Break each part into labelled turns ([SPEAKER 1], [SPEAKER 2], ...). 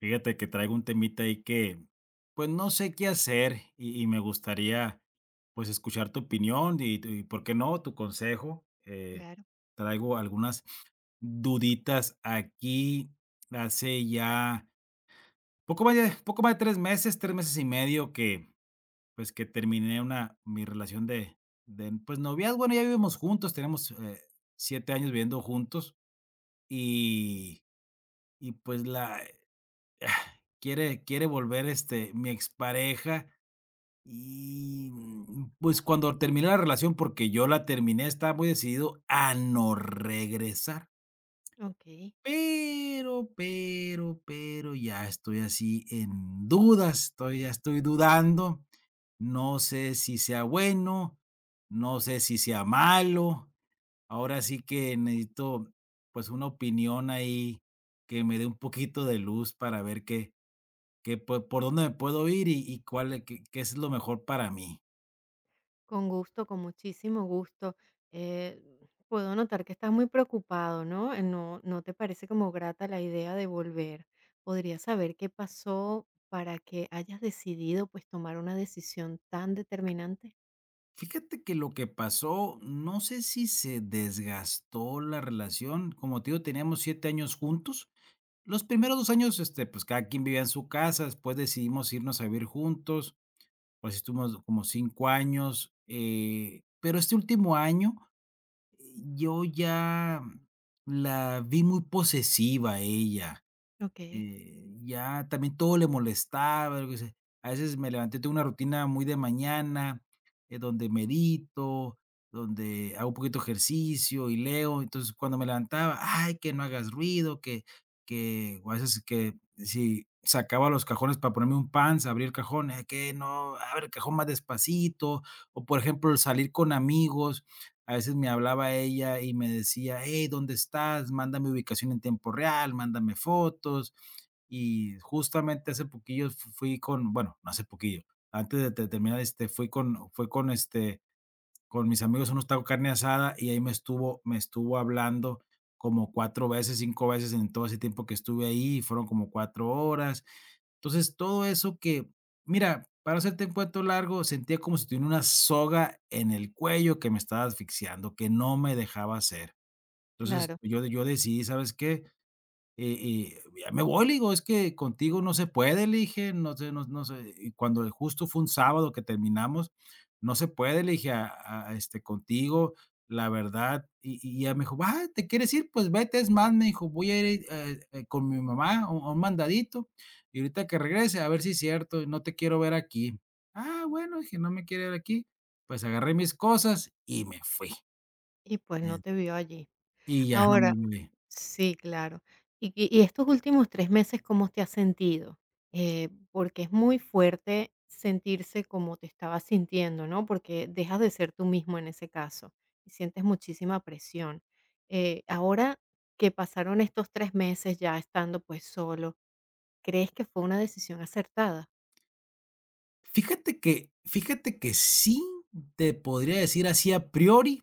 [SPEAKER 1] Fíjate que traigo un temita ahí que, pues, no sé qué hacer y me gustaría, pues, escuchar tu opinión y y, ¿por qué no?, tu consejo.
[SPEAKER 2] Claro,
[SPEAKER 1] Traigo algunas duditas aquí. Hace ya poco más de 3 meses, 3 meses y medio que, pues, que terminé una mi relación de, pues, noviazgo. Bueno, ya vivimos juntos, tenemos, 7 años viviendo juntos y y, pues, la ah, quiere volver, este, mi expareja y, pues, cuando terminé la relación, porque yo la terminé, estaba muy decidido a no regresar,
[SPEAKER 2] okey.
[SPEAKER 1] pero ya estoy así en dudas, estoy ya estoy dudando, no sé si sea bueno, no sé si sea malo, ahora sí que necesito, pues, una opinión ahí que me dé un poquito de luz para ver qué que por dónde me puedo ir y cuál e- qué qué es lo mejor para mí.
[SPEAKER 2] Con gusto, con muchísimo gusto. Eh, Puedo notar que estás muy preocupado, ¿no? No te parece como grata la idea de volver. ¿Podría saber qué pasó para que hayas decidido, pues, tomar una decisión tan determinante?
[SPEAKER 1] Fíjate que lo que pasó, no sé si se desgastó la relación, como te digo, teníamos 7 años juntos. Los primeros 2 años, este, pues, cada quien vivía en su casa, después decidimos irnos a vivir juntos, pues, estuvimos como 5 años, pero este último año, eh, yo ya la vi muy posesiva a ella.
[SPEAKER 2] Okey,
[SPEAKER 1] Ya también todo le molestaba, yo qué sé. A veces me levanté, tengo una rutina muy de mañana, donde medito, donde hago un poquito de ejercicio y leo. Entonces, cuando me levantaba, ay, que no hagas ruido, que, o a veces que si sacaba los cajones para ponerme un pants, abrir el cajón, que no, abre el cajón más despacito". O por ejemplo, el salir con amigos. A veces me hablaba ella y me decía, hey, ¿dónde estás? Mándame ubicación en tiempo real, mándame fotos. Y justamente hace poquillo fu fui con bueno, no hace poquillo, antes de terminar, este, fui con fue con, este, con mis amigos a unos tacos de carne asada, y ahí me estuvo hablando como 4 veces, 5 veces en todo ese tiempo que estuve ahí, y fueron como 4 horas. Entonces, todo eso que, mira, para hacerte un cuento largo, sentía como si tuviera una soga en el cuello que me estaba asfixiando, que no me dejaba hacer. Entonces,
[SPEAKER 2] claro.
[SPEAKER 1] yo decidí, ¿sabes qué? Y ya me voy, le digo, es que contigo no se puede, le dije, no sé, no sé, y cuando justo fue un sábado que terminamos, no se puede, le dije, a, este, contigo, la verdad, y ya me dijo: "Ah, ¿te quieres ir? Pues vete, es más", me dijo, "voy a ir, con mi mamá a un mandadito, y ahorita que regrese, a ver si es cierto, no te quiero ver aquí". "Ah, bueno", dije, "no me quiere ver aquí". Pues agarré mis cosas y me fui,
[SPEAKER 2] Y, pues, no
[SPEAKER 1] en
[SPEAKER 2] te vio allí.
[SPEAKER 1] y ya no me
[SPEAKER 2] Ahora
[SPEAKER 1] volví.
[SPEAKER 2] sí, claro. Y estos últimos 3 meses, ¿cómo te has sentido? Porque es muy fuerte sentirse como te estabas sintiendo, ¿no? Porque dejas de ser tú mismo en ese caso, y sientes muchísima presión. Ahora que pasaron estos 3 meses ya estando, pues, solo, ¿crees que fue una decisión acertada?
[SPEAKER 1] Fíjate que sí, te podría decir así a priori,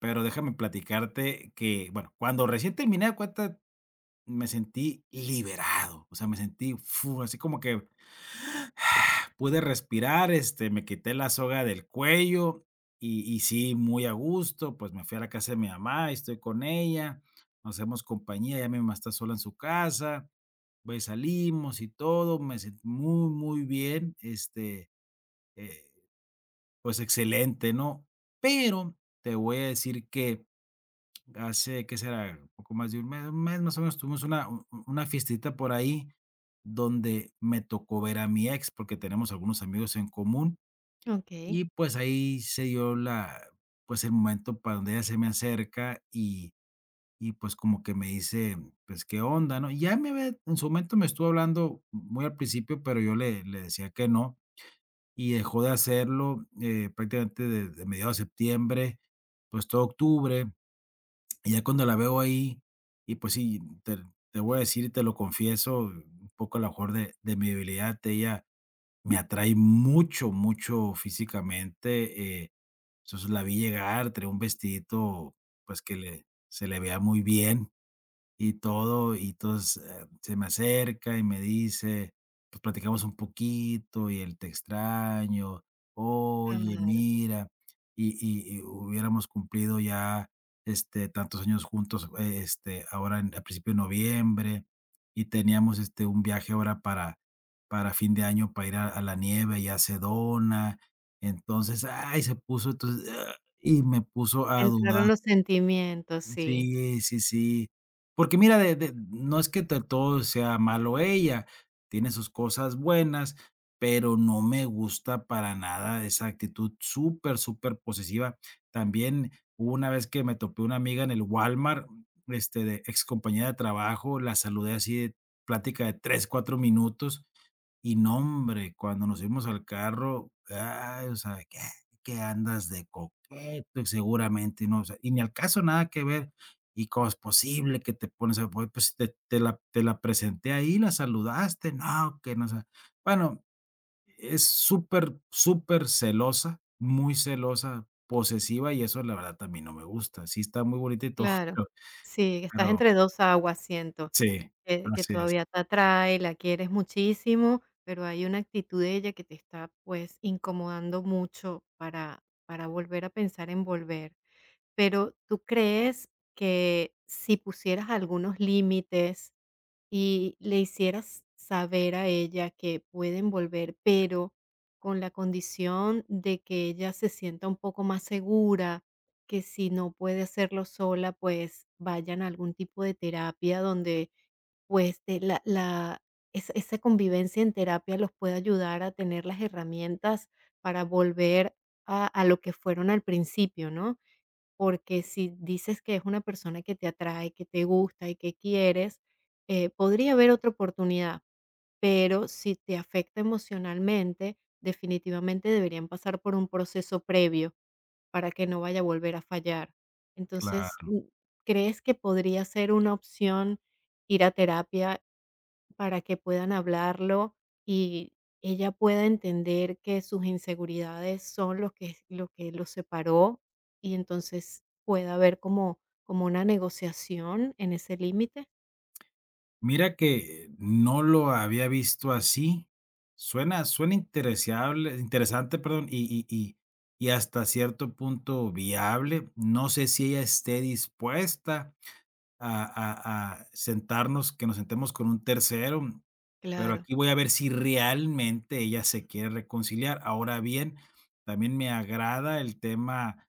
[SPEAKER 1] pero déjame platicarte que, bueno, cuando recién terminé, haz de cuenta, me sentí liberado, o sea, me sentí, fu, así como que pude respirar, este, me quité la soga del cuello y sí, muy a gusto, pues, me fui a la casa de mi mamá, estoy con ella, nos hacemos compañía, ya mi mamá está sola en su casa, pues, salimos y todo, me sentí muy, muy bien, este, eh pues excelente, ¿no? Pero te voy a decir que hace, ¿qué será? Un poco más de un mes más o menos, tuvimos una fiestita por ahí donde me tocó ver a mi ex porque tenemos algunos amigos en común,
[SPEAKER 2] Okey,
[SPEAKER 1] y pues ahí se dio pues el momento para donde ella se me acerca, y pues como que me dice, pues qué onda, ¿no? Ya en su momento me estuvo hablando muy al principio, pero yo le decía que no, y dejó de hacerlo, prácticamente de mediados de septiembre, pues, todo octubre. Y ya cuando la veo ahí, y pues sí, te voy a decir y te lo confieso, un poco a lo mejor de mi debilidad, ella me atrae mucho, mucho físicamente. Entonces, la vi llegar, traía un vestidito, pues, que le se le vea muy bien y todo, y entonces, se me acerca y me dice, pues platicamos un poquito y él te extraño, oye,
[SPEAKER 2] claro.
[SPEAKER 1] mira, y hubiéramos cumplido ya, este, tantos años juntos, este, ahora en a principio de noviembre, y teníamos, este, un viaje ahora para fin de año para ir a la nieve y a Sedona. Entonces, ay, se puso, entonces, y me puso a dudar.
[SPEAKER 2] Entraron los sentimientos, sí.
[SPEAKER 1] Sí, sí, sí. Porque mira, de no es que te todo sea malo ella, tiene sus cosas buenas, pero no me gusta para nada esa actitud súper, súper posesiva. También hubo una vez que me topé una amiga en el Walmart, este, de excompañera de trabajo, la saludé así de plática de 3, 4 minutos. Y no, hombre, cuando nos fuimos al carro, ay, o sea, ¿qué? Que andas de coqueto y seguramente, ¿no? O sea, y ni al caso, nada que ver. ¿Y cómo es posible que te pones a pues, pues, te la presenté ahí, la saludaste? No, que no sé. Bueno, es súper, súper celosa, muy celosa, posesiva y eso la verdad también no me gusta. Sí está muy bonita y todo,
[SPEAKER 2] Claro.
[SPEAKER 1] pero,
[SPEAKER 2] Sí, que estás
[SPEAKER 1] pero
[SPEAKER 2] entre 2 aguas, siento,
[SPEAKER 1] sí,
[SPEAKER 2] que
[SPEAKER 1] así es,
[SPEAKER 2] todavía te atrae, la quieres muchísimo, pero hay una actitud de ella que te está, pues, incomodando mucho para volver a pensar en volver. Pero, ¿tú crees que si pusieras algunos límites, y le hicieras saber a ella que pueden volver, pero con la condición de que ella se sienta un poco más segura, que si no puede hacerlo sola, pues vayan a algún tipo de terapia donde pues te- la- esa convivencia en terapia los puede ayudar a tener las herramientas para volver a lo que fueron al principio, ¿no? Porque si dices que es una persona que te atrae, que te gusta y que quieres, podría haber otra oportunidad, pero si te afecta emocionalmente, definitivamente deberían pasar por un proceso previo para que no vaya a volver a fallar. Entonces,
[SPEAKER 1] claro.
[SPEAKER 2] ¿crees que podría ser una opción ir a terapia para que puedan hablarlo y ella pueda entender que sus inseguridades son lo que los separó y entonces pueda haber como, como una negociación en ese límite?
[SPEAKER 1] Mira que no lo había visto así. Suena interesable interesante, perdón, y hasta cierto punto viable. No sé si ella esté dispuesta a sentarnos, que nos sentemos con un tercero, pero
[SPEAKER 2] Claro.
[SPEAKER 1] aquí voy a ver si realmente ella se quiere reconciliar. Ahora bien, también me agrada el tema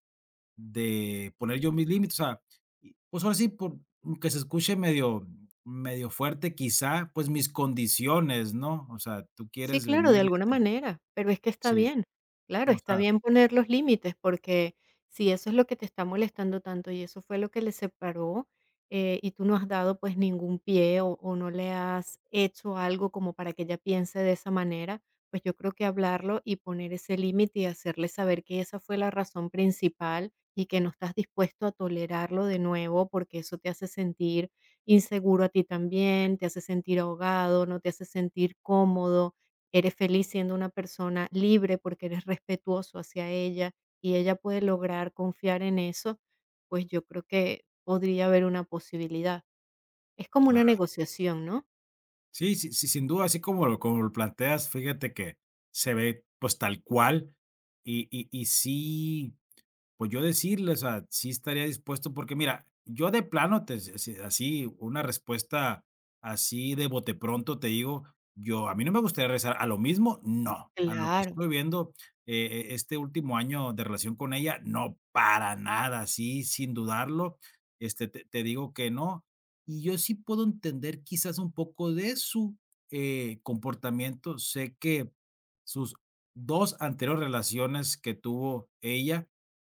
[SPEAKER 1] de poner yo mis límites, o sea, y, pues, ahora sí, por aunque se escuche medio medio fuerte, quizá, pues, mis condiciones, ¿no? O sea, tú
[SPEAKER 2] Sí,
[SPEAKER 1] quieres
[SPEAKER 2] claro, de
[SPEAKER 1] venir,
[SPEAKER 2] alguna
[SPEAKER 1] este,
[SPEAKER 2] manera, pero es que está
[SPEAKER 1] sí,
[SPEAKER 2] bien. Claro,
[SPEAKER 1] o
[SPEAKER 2] está
[SPEAKER 1] sea,
[SPEAKER 2] bien poner los límites, porque si eso es lo que te está molestando tanto y eso fue lo que le separó, y tú no has dado pues ningún pie o no le has hecho algo como para que ella piense de esa manera, pues yo creo que hablarlo y poner ese límite y hacerle saber que esa fue la razón principal y que no estás dispuesto a tolerarlo de nuevo porque eso te hace sentir inseguro a ti también, te hace sentir ahogado, no te hace sentir cómodo eres feliz siendo una persona libre porque eres respetuoso hacia ella y ella puede lograr confiar en eso, pues yo creo que podría haber una posibilidad. Es como una
[SPEAKER 1] claro.
[SPEAKER 2] negociación, ¿no?
[SPEAKER 1] Sí, sí, sí, sin duda, así como lo planteas, fíjate que se ve, pues, tal cual, y sí. Pues yo decirles, o sea, sí estaría dispuesto, porque mira, yo de plano, te s s así, una respuesta así de bote pronto, te digo, yo a mí no me gustaría regresar a lo mismo, no. A lo que
[SPEAKER 2] Claro.
[SPEAKER 1] estoy viendo este último año de relación con ella, no, para nada, sí sin dudarlo, este, te digo que no. Y yo sí puedo entender quizás un poco de su, comportamiento. Sé que sus 2 anteriores relaciones que tuvo ella,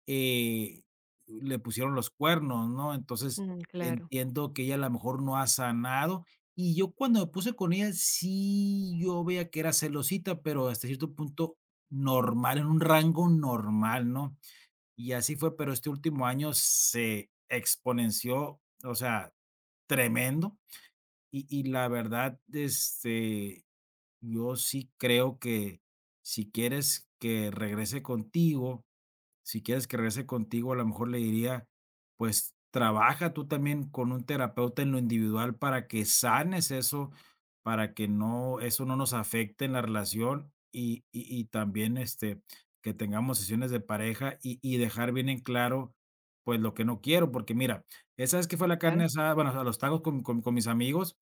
[SPEAKER 1] eh, le pusieron los cuernos, ¿no? Entonces,
[SPEAKER 2] Mm, claro.
[SPEAKER 1] entiendo que ella a lo mejor no ha sanado. Y yo cuando me puse con ella, sí, yo veía que era celosita, pero hasta cierto punto normal, en un rango normal, ¿no? Y así fue, pero este último año se exponenció, o sea, tremendo. Y, la verdad, este, yo sí creo que si quieres que regrese contigo, si quieres que regrese contigo, a lo mejor le diría, pues trabaja tú también con un terapeuta en lo individual para que sanes eso, para que no, eso no nos afecte en la relación y también este, que tengamos sesiones de pareja y dejar bien en claro, pues lo que no quiero, porque mira, esa vez que fue
[SPEAKER 2] Sí,
[SPEAKER 1] a la
[SPEAKER 2] claro.
[SPEAKER 1] carne asada, bueno, a los tacos con mis amigos,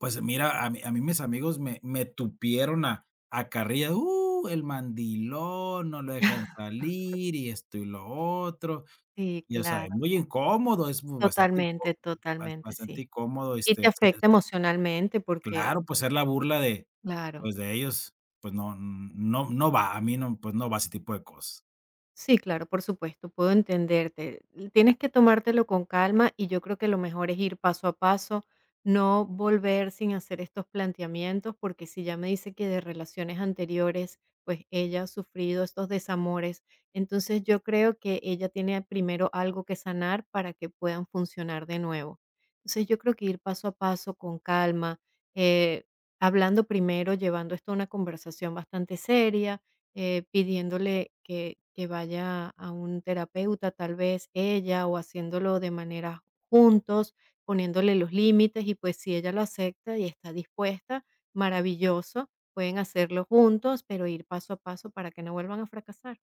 [SPEAKER 1] pues mira, a mí mis amigos me tupieron a carrilla, el mandilón, no lo dejan salir y esto y lo otro,
[SPEAKER 2] Sí,
[SPEAKER 1] y, o sea, es
[SPEAKER 2] claro.
[SPEAKER 1] muy incómodo, es muy
[SPEAKER 2] Totalmente, totalmente,
[SPEAKER 1] bastante
[SPEAKER 2] sí.
[SPEAKER 1] incómodo,
[SPEAKER 2] Y
[SPEAKER 1] este,
[SPEAKER 2] te
[SPEAKER 1] ser,
[SPEAKER 2] afecta emocionalmente porque,
[SPEAKER 1] claro, pues, ser la burla de,
[SPEAKER 2] claro.
[SPEAKER 1] pues, de ellos, pues, no va, a mí no, pues, no va ese tipo de cosas.
[SPEAKER 2] Sí, claro, por supuesto, puedo entenderte. Tienes que tomártelo con calma y yo creo que lo mejor es ir paso a paso, no volver sin hacer estos planteamientos, porque si ya me dice que de relaciones anteriores, pues ella ha sufrido estos desamores, entonces yo creo que ella tiene primero algo que sanar para que puedan funcionar de nuevo. Entonces yo creo que ir paso a paso con calma, eh, hablando primero, llevando esto a una conversación bastante seria pidiéndole que vaya a un terapeuta, tal vez ella, o haciéndolo de manera juntos, poniéndole los límites y, pues, si ella lo acepta y está dispuesta, maravilloso, pueden hacerlo juntos, pero ir paso a paso para que no vuelvan a fracasar.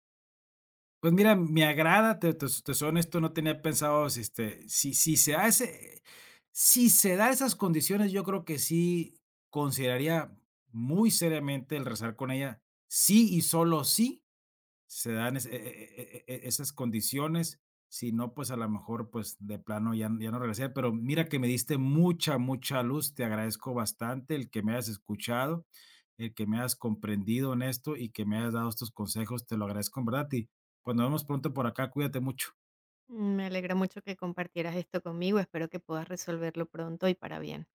[SPEAKER 1] Pues mira, me agrada, te soy honesto, no tenía pensado, si, este, se hace, si se da esas condiciones, yo creo que sí consideraría muy seriamente el rezar con ella, sí y solo sí se dan es e e e e esas condiciones, si no, pues, a lo mejor, pues, de plano ya no regresé, pero mira que me diste mucha, mucha luz, te agradezco bastante el que me hayas escuchado, el que me hayas comprendido en esto y que me hayas dado estos consejos, te lo agradezco en verdad y, pues, nos vemos pronto por acá, cuídate mucho.
[SPEAKER 2] Me alegra mucho que compartieras esto conmigo, espero que puedas resolverlo pronto y para bien.